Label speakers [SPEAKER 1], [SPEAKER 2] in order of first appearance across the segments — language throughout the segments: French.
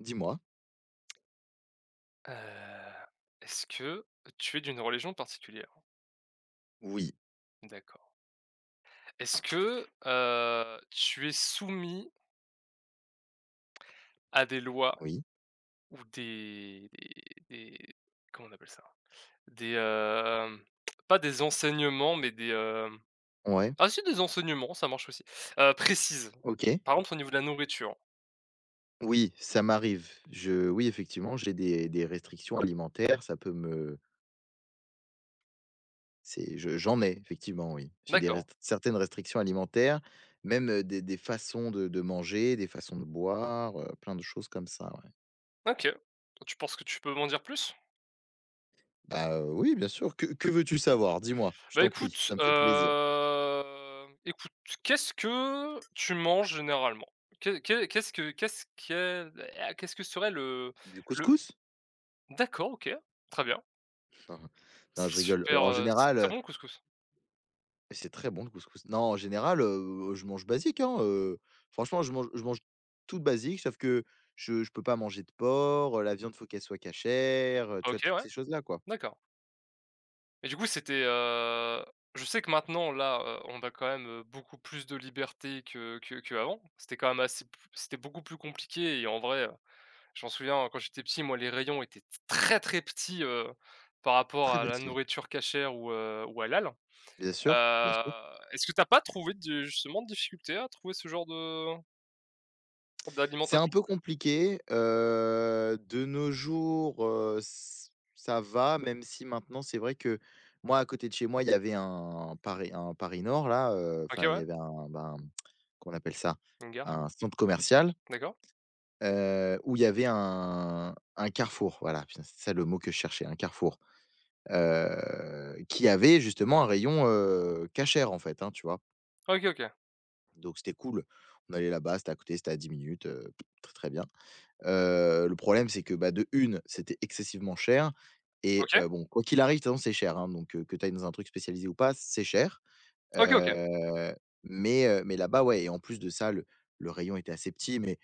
[SPEAKER 1] Dis-moi.
[SPEAKER 2] Heu, Est-ce que tu es d'une religion particulière?
[SPEAKER 1] Oui,
[SPEAKER 2] D'accord. Est-ce que, tu es soumis à des lois
[SPEAKER 1] oui,
[SPEAKER 2] ou des des comment on appelle ça? Des, hem, Pas des enseignements, mais des, hem
[SPEAKER 1] ouais,
[SPEAKER 2] ah si, des enseignements, ça marche aussi, précises?
[SPEAKER 1] OK.
[SPEAKER 2] Par exemple, au niveau de la nourriture?
[SPEAKER 1] Oui, ça m'arrive. Je Oui, effectivement, j'ai des restrictions alimentaires, ça peut me c'est je j'en ai effectivement, oui. J'ai des
[SPEAKER 2] D'accord,
[SPEAKER 1] rest certaines restrictions alimentaires, même, des façons de manger, des façons de boire, plein de choses comme ça, ouais.
[SPEAKER 2] OK. Tu penses que tu peux m'en dire plus?
[SPEAKER 1] Bah, oui, bien sûr, que veux-tu savoir? Dis-moi, je
[SPEAKER 2] Bah,
[SPEAKER 1] t'en prie,
[SPEAKER 2] écoute,
[SPEAKER 1] ça me fait plaisir.
[SPEAKER 2] écoute, qu'est-ce que tu manges généralement? Qu'est-ce que ah, qu'est-ce que serait
[SPEAKER 1] Du
[SPEAKER 2] le
[SPEAKER 1] couscous?
[SPEAKER 2] d'accord, OK, très bien.
[SPEAKER 1] Non,
[SPEAKER 2] C'est
[SPEAKER 1] je rigole.
[SPEAKER 2] super, c'est très bon le couscous?
[SPEAKER 1] Et c'est très bon le couscous. Non, en général, je mange basique, hein, franchement, je mange tout de basique, sauf que je peux pas manger de porc, la viande, faut qu'elle soit cachère, tu vois?
[SPEAKER 2] OK,
[SPEAKER 1] Toutes
[SPEAKER 2] ouais,
[SPEAKER 1] ces choses-là, quoi.
[SPEAKER 2] d'accord. Et du coup, c'était, je sais que maintenant là, on a quand même, beaucoup plus de liberté que avant. C'était quand même assez p c'était beaucoup plus compliqué et en vrai, je m'en souviens, quand j'étais petit, moi, les rayons étaient très, très petits, par rapport
[SPEAKER 1] Très
[SPEAKER 2] à la
[SPEAKER 1] petit.
[SPEAKER 2] nourriture cachère ou halal.
[SPEAKER 1] Bien sûr, bien
[SPEAKER 2] Heu,
[SPEAKER 1] sûr.
[SPEAKER 2] Est-ce que t'as pas trouvé de justement de difficulté à trouver ce genre de
[SPEAKER 1] C'est un
[SPEAKER 2] d'alimentation?
[SPEAKER 1] peu compliqué, de nos jours, ç ça va, même si maintenant, c'est vrai que moi, à côté de chez moi, il y avait un Paris Nord là,
[SPEAKER 2] OK,
[SPEAKER 1] enfin, il y
[SPEAKER 2] ouais,
[SPEAKER 1] avait un, ben, qu'on appelle ça?
[SPEAKER 2] une gare,
[SPEAKER 1] Un centre commercial.
[SPEAKER 2] d'accord.
[SPEAKER 1] Où il y avait un carrefour, voilà, putain, c'est ça le mot que je cherchais, un carrefour, qui avait justement un rayon, cachère en fait, hein, tu vois?
[SPEAKER 2] OK, OK.
[SPEAKER 1] Donc c'était cool. On allait là-bas, c'était à côté, c'était à 10 minutes, très, très bien. Le problème, c'est que, bah, de une, c'était excessivement cher et
[SPEAKER 2] OK.
[SPEAKER 1] bon, quoi qu'il arrive, de toute façon, c'est cher, hein, donc que tu ailles dans un truc spécialisé ou pas, c'est cher.
[SPEAKER 2] OK, OK.
[SPEAKER 1] Heu, mais là-bas, ouais, et en plus de ça, le rayon était assez petit, mais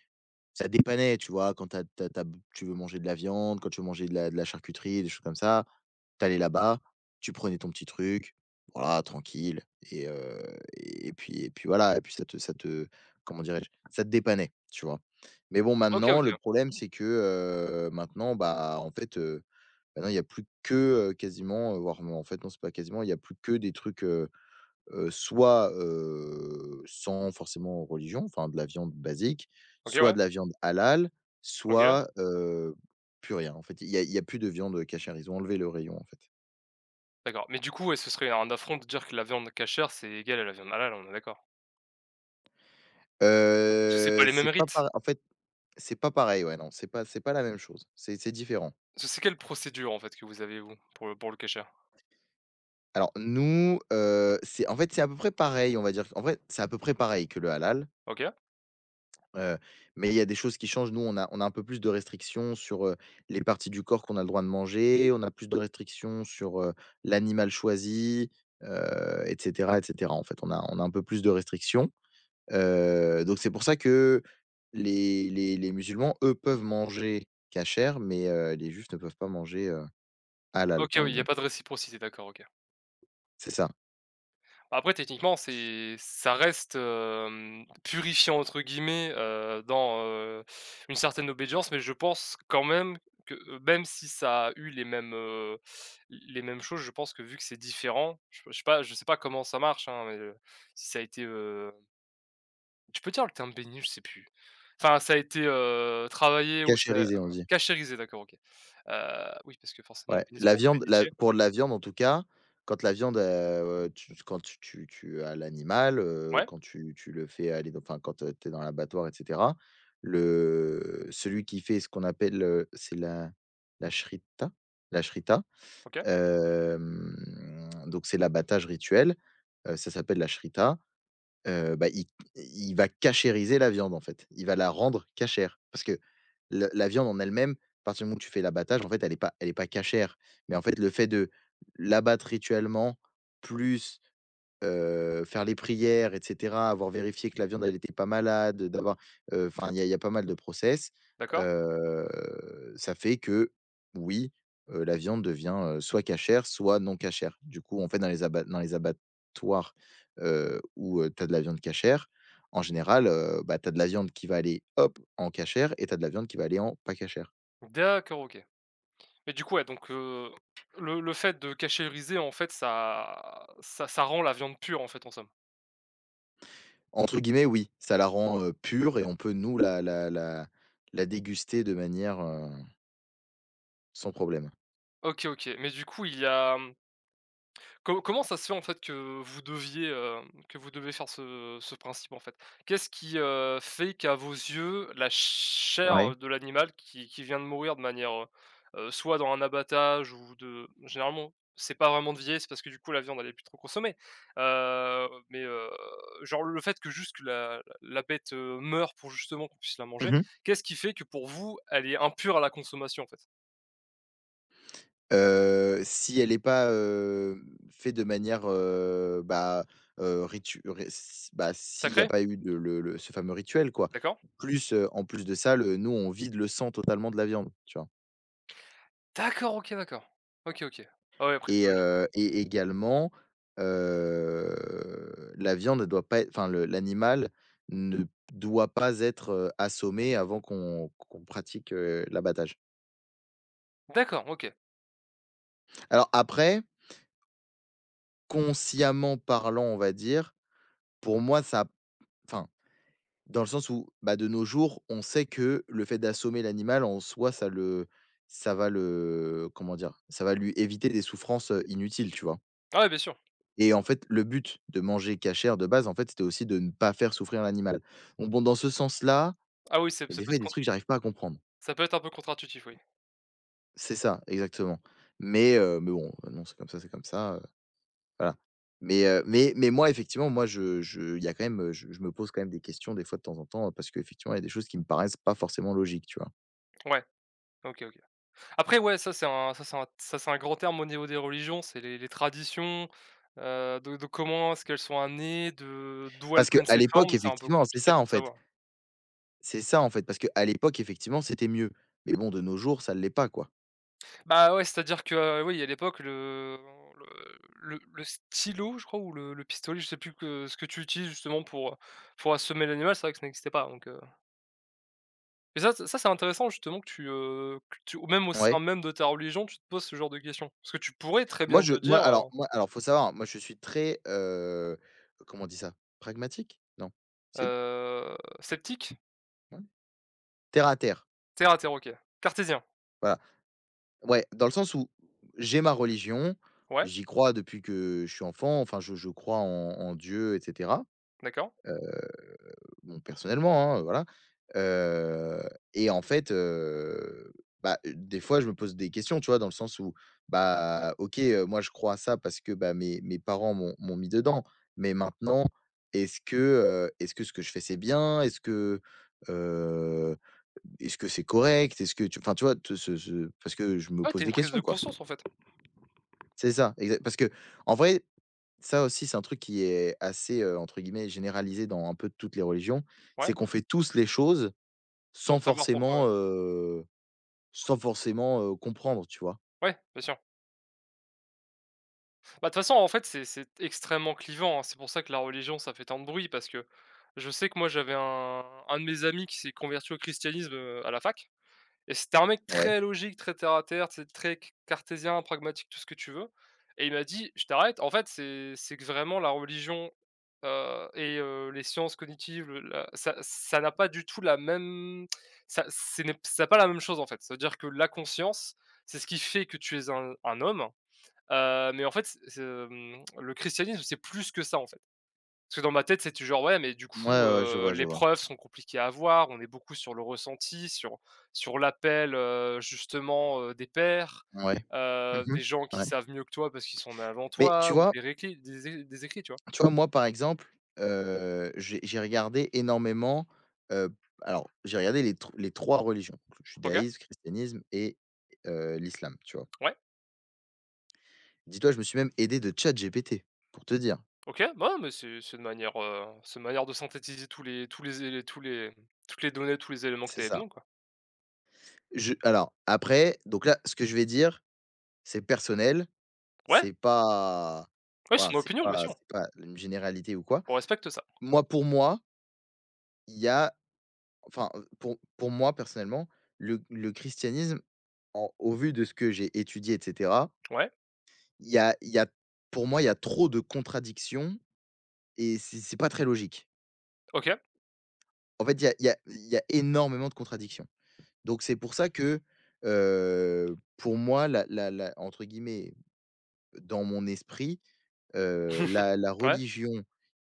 [SPEAKER 1] ça dépannait, tu vois? Quand tu as tu tu veux manger de la viande, quand tu veux manger de la charcuterie, des choses comme ça, t'allais là-bas, tu prenais ton petit truc, voilà, tranquille, et heu et puis voilà, et puis ça te comment dirais-je? Ça te dépannait, tu vois? Mais bon,
[SPEAKER 2] OK,
[SPEAKER 1] maintenant, le
[SPEAKER 2] OK.
[SPEAKER 1] problème, c'est que, maintenant, bah, en fait, maintenant, il n'y a plus que, quasiment, voire, en fait, non, c'est pas quasiment, il n'y a plus que des trucs, soit, sans forcément religion, enfin de la viande basique,
[SPEAKER 2] OK,
[SPEAKER 1] soit
[SPEAKER 2] ouais.
[SPEAKER 1] de la viande halal,
[SPEAKER 2] OK,
[SPEAKER 1] soit, plus rien en fait. Il y a plus de viande cachère, ils ont enlevé le rayon en fait.
[SPEAKER 2] d'accord. Mais du coup, ouais, ce serait un affront de dire que la viande cachère, c'est égal à la viande halal, on est d'accord? Parce que c'est pas les mêmes
[SPEAKER 1] C'est pas
[SPEAKER 2] rites.
[SPEAKER 1] par En fait, c'est pas pareil, ouais, non, c'est pas la même chose, c'est différent.
[SPEAKER 2] Ce c'est quelle procédure, en fait, que vous avez vous, pour le cachère?
[SPEAKER 1] Alors nous, c'est en fait, c'est à peu près pareil, on va dire. En fait, c'est à peu près pareil que le halal.
[SPEAKER 2] OK.
[SPEAKER 1] Heu, mais il y a des choses qui changent. Nous, on a un peu plus de restrictions sur, les parties du corps qu'on a le droit de manger. On a plus de restrictions sur, l'animal choisi, et cetera, et cetera. En fait, on a un peu plus de restrictions. Donc c'est pour ça que les musulmans, eux, peuvent manger cachère, mais, les juifs ne peuvent pas manger, halal,
[SPEAKER 2] OK,
[SPEAKER 1] par
[SPEAKER 2] oui, il n'y a pas
[SPEAKER 1] exemple.
[SPEAKER 2] de réciprocité, d'accord, OK.
[SPEAKER 1] C'est ça,
[SPEAKER 2] Après techniquement, c'est ça reste, hem, «purifiant» entre guillemets, dans, une certaine obédience, mais je pense quand même que même si ça a eu les mêmes choses, je pense que vu que c'est différent, je sais pas je sais pas comment ça marche, hein, mais, si ça a été, tu peux dire le terme béni? Je sais plus. Enfin, ça a été, travaillé ou c'est
[SPEAKER 1] kashérisé, on dit.
[SPEAKER 2] cachérisé, d'accord, OK. Oui, parce que forcément
[SPEAKER 1] Ouais,
[SPEAKER 2] béni, c'est pour bénitier.
[SPEAKER 1] la viande, en tout cas, quand la viande, tu quand tu as l'animal,
[SPEAKER 2] Ouais,
[SPEAKER 1] quand tu tu le fais aller dans, enfin, quand, tu es dans l'abattoir et cetera, le celui qui fait ce qu'on appelle, c'est la la shrita shrita,
[SPEAKER 2] OK,
[SPEAKER 1] hem, donc c'est l'abattage rituel, ça s'appelle la shrita. Heu, bah, il il va cachériser la viande, en fait. Il va la rendre cachère. Parce que le la viande en elle-même, à partir du moment où tu fais l'abattage, en fait, elle est pas cachère. Mais en fait, le fait de l'abattre rituellement, plus, faire les prières et cetera, avoir vérifié que la viande elle était pas malade, d'avoir, enfin il y a pas mal de process.
[SPEAKER 2] d'accord.
[SPEAKER 1] Heu, ça fait que oui, la viande devient, soit cachère, soit non cachère. Du coup, en fait, dans les abat dans les abattoirs, où, tu as de la viande cachère, en général, bah, tu as de la viande qui va aller, hop, en cachère, et tu as de la viande qui va aller en pas cachère.
[SPEAKER 2] D'accord, OK. Mais du coup, ouais, donc le fait de cachériser, en fait, ça rend la viande pure, en fait, en somme?
[SPEAKER 1] Entre guillemets, oui, ça la rend, pure, et on peut nous la déguster de manière, sans problème.
[SPEAKER 2] OK, OK. Mais du coup, il y a, mmh. Comment ça se fait en fait que vous deviez, que vous devez faire ce principe en fait? Qu'est-ce qui, fait qu'à vos yeux, la
[SPEAKER 1] Ah, ouais.
[SPEAKER 2] chair de l'animal qui vient de mourir de manière, soit dans un abattage ou de généralement, c'est pas vraiment de vieillir, c'est parce que du coup la viande elle est plus trop consommée, mais, genre le fait que juste que la bête, meure pour justement qu'on puisse la manger,
[SPEAKER 1] Mmh mh.
[SPEAKER 2] qu'est-ce qui fait que pour vous, elle est impure à la consommation en fait?
[SPEAKER 1] Si elle n'est pas, fait de manière, bah, ritu ré s bah, s'il y a
[SPEAKER 2] Sacré?
[SPEAKER 1] pas eu de le ce fameux rituel, quoi.
[SPEAKER 2] D'accord.
[SPEAKER 1] Plus, en plus de ça, le nous on vide le sang totalement de la viande, tu vois?
[SPEAKER 2] D'accord, OK, d'accord. OK, OK. Ah ouais, après c'est
[SPEAKER 1] Et
[SPEAKER 2] logique.
[SPEAKER 1] également, la viande ne doit pas, ê enfin, le l'animal ne doit pas être, assommé avant qu'on pratique, l'abattage.
[SPEAKER 2] D'accord, OK.
[SPEAKER 1] Alors après, consciemment parlant, on va dire, pour moi ça, enfin. Dans le sens où, bah, de nos jours, on sait que le fait d'assommer l'animal en soi, ça va le, comment dire? Ça va lui éviter des souffrances, inutiles, tu vois?
[SPEAKER 2] Ah ouais, bien sûr.
[SPEAKER 1] Et en fait, le but de manger cachère de base, en fait, c'était aussi de ne pas faire souffrir l'animal. Donc bon, dans ce sens-là,
[SPEAKER 2] Ah oui, c'est
[SPEAKER 1] il
[SPEAKER 2] ça
[SPEAKER 1] des
[SPEAKER 2] peut
[SPEAKER 1] fois, il
[SPEAKER 2] être
[SPEAKER 1] y a des
[SPEAKER 2] con,
[SPEAKER 1] trucs que j'arrive pas à comprendre.
[SPEAKER 2] ça peut être un peu contre-intuitif, oui.
[SPEAKER 1] C'est ça, exactement. Mais bon, non, c'est comme ça, voilà. Mais moi, effectivement, moi, je il y a quand même, je me pose quand même des questions, des fois, de temps en temps, parce qu'effectivement, il y a des choses qui me paraissent pas forcément logiques, tu vois?
[SPEAKER 2] Ouais, OK, OK. Après, ouais, ça c'est un ça c'est un ça c'est un grand terme au niveau des religions, c'est les traditions, de comment est-ce qu'elles sont amenées, de d'où elles
[SPEAKER 1] Parce
[SPEAKER 2] prennent
[SPEAKER 1] qu'à
[SPEAKER 2] ces formes,
[SPEAKER 1] l'époque,
[SPEAKER 2] c'est un peu
[SPEAKER 1] effectivement, c'est
[SPEAKER 2] compliqué de
[SPEAKER 1] ça,
[SPEAKER 2] le
[SPEAKER 1] en fait.
[SPEAKER 2] savoir.
[SPEAKER 1] C'est ça, en fait, parce qu'à l'époque, effectivement, c'était mieux. Mais bon, de nos jours, ça ne l'est pas, quoi.
[SPEAKER 2] Bah, ouais, c'est-à-dire que, oui, à l'époque, le le stylo, je crois, ou le pistolet, je sais plus que ce que tu utilises justement pour assommer l'animal, c'est vrai que ça n'existait pas, donc et ça ça c'est intéressant justement que tu ou même au sein
[SPEAKER 1] Ouais.
[SPEAKER 2] même de ta religion, tu te poses ce genre de questions. Parce que tu pourrais très
[SPEAKER 1] Moi,
[SPEAKER 2] bien
[SPEAKER 1] je
[SPEAKER 2] te dire,
[SPEAKER 1] moi, alors faut savoir, moi, je suis très, comment on dit ça? Pragmatique? Non. Si?
[SPEAKER 2] «Sceptique?
[SPEAKER 1] Ouais? Terre à terre,
[SPEAKER 2] Terre à terre, OK. Cartésien?
[SPEAKER 1] voilà. Ouais, dans le sens où j'ai ma religion,
[SPEAKER 2] Ouais,
[SPEAKER 1] j'y crois depuis que je suis enfant, enfin, je crois en Dieu et cetera.
[SPEAKER 2] d'accord.
[SPEAKER 1] Bon, personnellement, hein, voilà. Heu et en fait, bah, des fois, je me pose des questions, tu vois? Dans le sens où, bah, OK, moi, je crois à ça parce que, bah, mes parents m'ont mis dedans. Mais maintenant, est-ce que ce que je fais, c'est bien? Heu, est-ce que c'est correct? Est-ce que tu, enfin, tu vois? Te ce ce Parce que je me
[SPEAKER 2] Ouais, t'es
[SPEAKER 1] pose
[SPEAKER 2] une
[SPEAKER 1] des
[SPEAKER 2] prise de
[SPEAKER 1] questions, quoi.
[SPEAKER 2] conscience en fait.
[SPEAKER 1] C'est ça, exact. Parce que, en vrai, ça aussi, c'est un truc qui est assez, entre guillemets, «généralisé» dans un peu toutes les religions. C'est
[SPEAKER 2] Ouais,
[SPEAKER 1] qu'on fait tous les choses
[SPEAKER 2] sans
[SPEAKER 1] sans
[SPEAKER 2] savoir pourquoi, ouais.
[SPEAKER 1] forcément, heu, sans forcément, comprendre, tu vois?
[SPEAKER 2] Ouais, bien sûr». Bah, de toute façon en fait c'est extrêmement clivant, hein. C'est pour ça que la religion ça fait tant de bruit parce que je sais que moi j'avais un de mes amis qui s'est converti au christianisme, à la fac. Et c'était un mec
[SPEAKER 1] Ouais.
[SPEAKER 2] très logique, très terre à terre, tu sais, très c cartésien, pragmatique, tout ce que tu veux et il m'a dit: «Je t'arrête, en fait, c'est que vraiment la religion, les sciences cognitives, le la ça ça n'a pas du tout la même, ça ce n'est ça n'a pas la même chose, en fait. Ça veut dire que la conscience, c'est ce qui fait que tu es un homme, mais en fait, c hem, le christianisme, c'est plus que ça, en fait». Parce que dans ma tête, c'est toujours: «Ouais, mais du
[SPEAKER 1] Ouais,
[SPEAKER 2] coup,
[SPEAKER 1] ouais, ouais, je vois, je
[SPEAKER 2] les
[SPEAKER 1] vois.
[SPEAKER 2] preuves sont compliquées à avoir». On est beaucoup sur le ressenti, sur sur l'appel, justement, des pairs,
[SPEAKER 1] Ouais. Mmh,
[SPEAKER 2] des gens qui
[SPEAKER 1] ouais.
[SPEAKER 2] savent mieux que toi parce qu'ils sont avant
[SPEAKER 1] Mais
[SPEAKER 2] toi ou des récli des é des écrits, tu vois?
[SPEAKER 1] tu vois, moi, par exemple, j'ai regardé énormément, heu, alors, j'ai regardé les 3 religions, donc le
[SPEAKER 2] OK,
[SPEAKER 1] judaïsme, christianisme et l'islam, tu vois?
[SPEAKER 2] ouais,
[SPEAKER 1] Dis-toi, je me suis même aidé de ChatGPT, pour te dire.
[SPEAKER 2] OK, bon mais c'est une manière, c'est une manière de synthétiser tous les élé tous les, mmh, toutes les données, tous les éléments que tu
[SPEAKER 1] C'est
[SPEAKER 2] avais
[SPEAKER 1] ça.
[SPEAKER 2] besoin, quoi.
[SPEAKER 1] Je Alors après, donc là, ce que je vais dire, c'est personnel,
[SPEAKER 2] Ouais,
[SPEAKER 1] c'est pas,
[SPEAKER 2] ouais, c'est
[SPEAKER 1] voilà,
[SPEAKER 2] mon
[SPEAKER 1] c'est
[SPEAKER 2] opinion, bien
[SPEAKER 1] pas
[SPEAKER 2] sûr.
[SPEAKER 1] c'est pas une généralité ou quoi.
[SPEAKER 2] On respecte ça.
[SPEAKER 1] Moi, pour moi, il y a, enfin, pour moi, personnellement, le christianisme, en au vu de ce que j'ai étudié et cetera,
[SPEAKER 2] Ouais,
[SPEAKER 1] il y a pour moi, il y a trop de contradictions, et c'est pas très logique.
[SPEAKER 2] OK.
[SPEAKER 1] En fait, il y a énormément de contradictions. Donc c'est pour ça que, pour moi, la la la entre guillemets, dans mon esprit, la
[SPEAKER 2] Ouais,
[SPEAKER 1] religion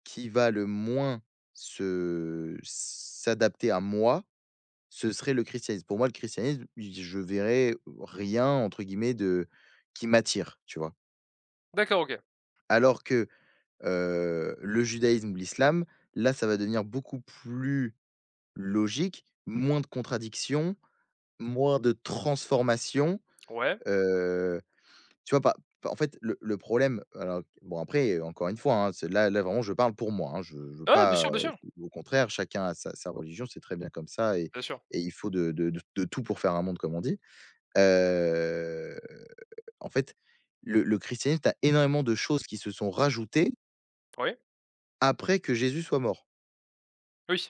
[SPEAKER 1] qui va le moins se s'adapter à moi, ce serait le christianisme. Pour moi, le christianisme, i je verrais rien entre guillemets de qui m'attire, tu vois?
[SPEAKER 2] d'accord, OK.
[SPEAKER 1] Alors que, le judaïsme ou l'islam, là, ça va devenir beaucoup plus logique, moins de contradictions, moins de transformations,
[SPEAKER 2] Ouais.
[SPEAKER 1] heu tu vois, pas en fait, le problème, alors bon après, encore une fois, hein, c'est là vraiment je parle pour moi, hein, je veux
[SPEAKER 2] Ah, bien
[SPEAKER 1] pas,
[SPEAKER 2] sûr, bien sûr,
[SPEAKER 1] au contraire, chacun a sa religion, c'est très bien comme ça, et
[SPEAKER 2] bien sûr.
[SPEAKER 1] il faut de tout pour faire un monde, comme on dit. Heu, en fait, le christianisme, tu as énormément de choses qui se sont rajoutées
[SPEAKER 2] Oui,
[SPEAKER 1] après que Jésus soit mort.
[SPEAKER 2] oui.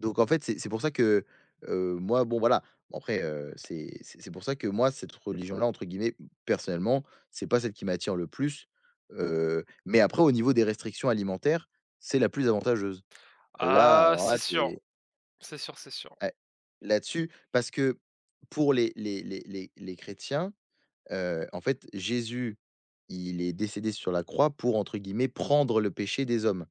[SPEAKER 1] Donc en fait, c'est pour ça que, moi, bon voilà, bon après, c'est pour ça que moi, cette religion-là, entre guillemets, personnellement, c'est pas celle qui m'attire le plus, mais après au niveau des restrictions alimentaires, c'est la plus avantageuse. Là,
[SPEAKER 2] Ah,
[SPEAKER 1] alors
[SPEAKER 2] c'est
[SPEAKER 1] là,
[SPEAKER 2] sûr,
[SPEAKER 1] tu
[SPEAKER 2] c'est sûr, c'est sûr.
[SPEAKER 1] ouais, là-dessus, parce que pour les chrétiens, en fait, Jésus, il est décédé sur la croix pour, entre guillemets, «prendre le péché des hommes».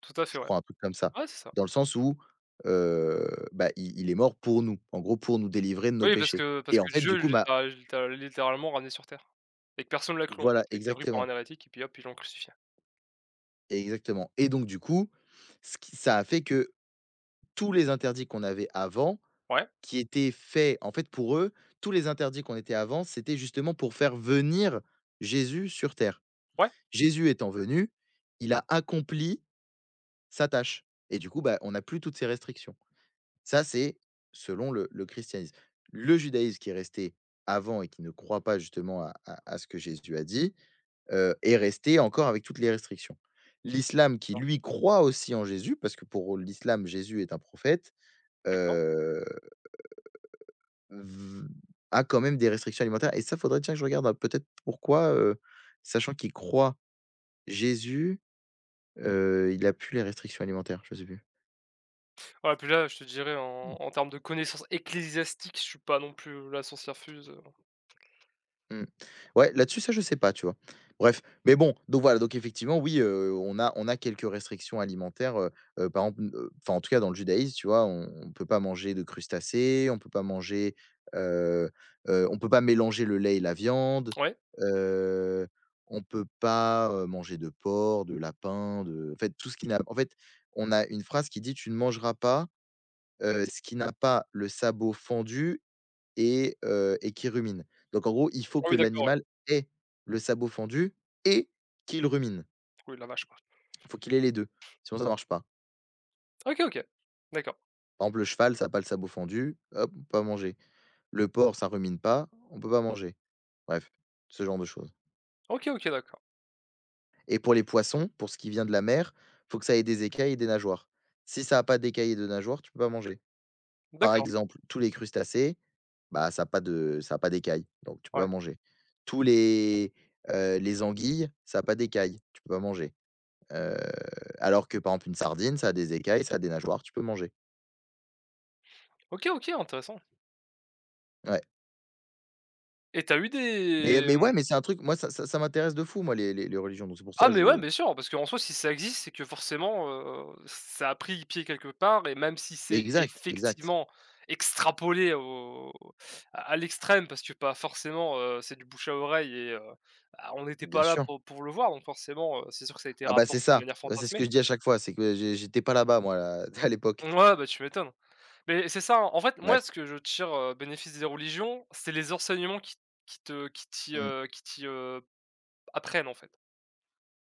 [SPEAKER 2] Tout à
[SPEAKER 1] Je
[SPEAKER 2] fait, ouais.
[SPEAKER 1] crois un truc comme ça.
[SPEAKER 2] Ouais, c'est ça.
[SPEAKER 1] Dans le sens où, bah, i il est mort pour nous, en gros pour nous délivrer de nos
[SPEAKER 2] Oui, parce
[SPEAKER 1] péchés
[SPEAKER 2] que parce
[SPEAKER 1] et en
[SPEAKER 2] que
[SPEAKER 1] fait du
[SPEAKER 2] Dieu
[SPEAKER 1] coup,
[SPEAKER 2] il
[SPEAKER 1] bah
[SPEAKER 2] l'a il l'a littéralement ramené sur terre et que personne ne l'a cru, en fait,
[SPEAKER 1] voilà,
[SPEAKER 2] et qu'il l'a pris pour un
[SPEAKER 1] exactement,
[SPEAKER 2] hérétique et puis hop, ils l'ont crucifié.
[SPEAKER 1] exactement et donc du coup, ce qui ça a fait que tous les interdits qu'on avait avant,
[SPEAKER 2] Ouais,
[SPEAKER 1] qui étaient faits en fait pour eux, tous les interdits qu'on était avant, c'était justement pour faire venir Jésus sur terre.
[SPEAKER 2] ouais,
[SPEAKER 1] Jésus étant venu, il a accompli sa tâche et du coup, bah, on n'a plus toutes ces restrictions. Ça, c'est selon le christianisme. Le judaïsme qui est resté avant et qui ne croit pas justement à à ce que Jésus a dit, est resté encore avec toutes les restrictions. L'islam qui,
[SPEAKER 2] alors,
[SPEAKER 1] lui, croit aussi en Jésus, parce que pour l'islam, Jésus est un prophète,
[SPEAKER 2] d'accord.
[SPEAKER 1] heu, v a quand même des restrictions alimentaires et ça, faudrait, tiens, que je regarde, peut-être pourquoi, sachant qu'il croit Jésus, il a plus les restrictions alimentaires, je sais plus.
[SPEAKER 2] Ouais, puis là, je te dirais en en termes de connaissances ecclésiastiques, je suis pas non plus la sorcière-fuse,
[SPEAKER 1] Mmh. Ouais, là-dessus, ça, je sais pas, tu vois? Bref, mais bon, donc voilà, donc effectivement, oui, on a quelques restrictions alimentaires, par exemple, enfin, en tout cas, dans le judaïsme, tu vois, on peut pas manger de crustacés, on peut pas manger, heu on peut pas mélanger le lait et la viande,
[SPEAKER 2] ouais?
[SPEAKER 1] heu, on peut pas, manger de porc, de lapin, de en fait, tout ce qui n'a en fait, on a une phrase qui dit: «Tu ne mangeras pas, ce qui n'a pas le sabot fendu et qui rumine». Donc en gros, il faut
[SPEAKER 2] Ah
[SPEAKER 1] que
[SPEAKER 2] oui, d'accord, ouais.
[SPEAKER 1] l'animal ait le sabot fendu et qu'il rumine.
[SPEAKER 2] Oui, la vache, quoi.
[SPEAKER 1] Il faut qu'il ait les deux, sinon ça ne marche pas.
[SPEAKER 2] OK, OK. D'accord.
[SPEAKER 1] Par exemple, le cheval, ça a pas le sabot fendu, hop, on peut pas manger. Le porc, ça rumine pas, on peut pas manger. Bref, ce genre de choses.
[SPEAKER 2] OK, OK, d'accord.
[SPEAKER 1] Et pour les poissons, pour ce qui vient de la mer, faut que ça ait des écailles et des nageoires. Si ça a pas d'écailles et de nageoires, tu peux pas manger. Par
[SPEAKER 2] D'accord,
[SPEAKER 1] exemple, tous les crustacés, bah, ça a pas de ça a pas d'écailles, donc tu peux
[SPEAKER 2] ouais.
[SPEAKER 1] pas manger. Tous les anguilles, ça a pas d'écailles, tu peux pas manger. Heu, alors que par exemple une sardine, ça a des écailles, ça a des nageoires, tu peux manger.
[SPEAKER 2] OK, OK, intéressant
[SPEAKER 1] Ouais.
[SPEAKER 2] et t'as eu
[SPEAKER 1] Et
[SPEAKER 2] des
[SPEAKER 1] mais
[SPEAKER 2] mmh.
[SPEAKER 1] ouais, mais c'est un truc, moi ça m'intéresse de fou moi les religions, donc c'est pour
[SPEAKER 2] Ah
[SPEAKER 1] ça
[SPEAKER 2] mais ouais,
[SPEAKER 1] je
[SPEAKER 2] bien sûr, parce qu'en soi, si ça existe, c'est que forcément, ça a pris pied quelque part et même si c'est
[SPEAKER 1] exact, exact,
[SPEAKER 2] effectivement extrapolé au à l'extrême parce que, pas forcément, c'est du bouche à oreille et bah, on n'était
[SPEAKER 1] bien
[SPEAKER 2] pas là
[SPEAKER 1] sûr.
[SPEAKER 2] pour le voir donc forcément, c'est sûr que ça a été
[SPEAKER 1] Ah bah, c'est
[SPEAKER 2] rapporté de
[SPEAKER 1] ça,
[SPEAKER 2] manière
[SPEAKER 1] bah, c'est ce
[SPEAKER 2] fantasmée.
[SPEAKER 1] que je dis à chaque fois, c'est que j'étais pas là-bas moi à l'époque.
[SPEAKER 2] Ouais, bah, tu m'étonnes. Mais c'est ça, hein, en fait, moi,
[SPEAKER 1] Bref.
[SPEAKER 2] ce que je tire, bénéfice des religions, c'est les enseignements qui te
[SPEAKER 1] Mmh.
[SPEAKER 2] apprennent, en fait.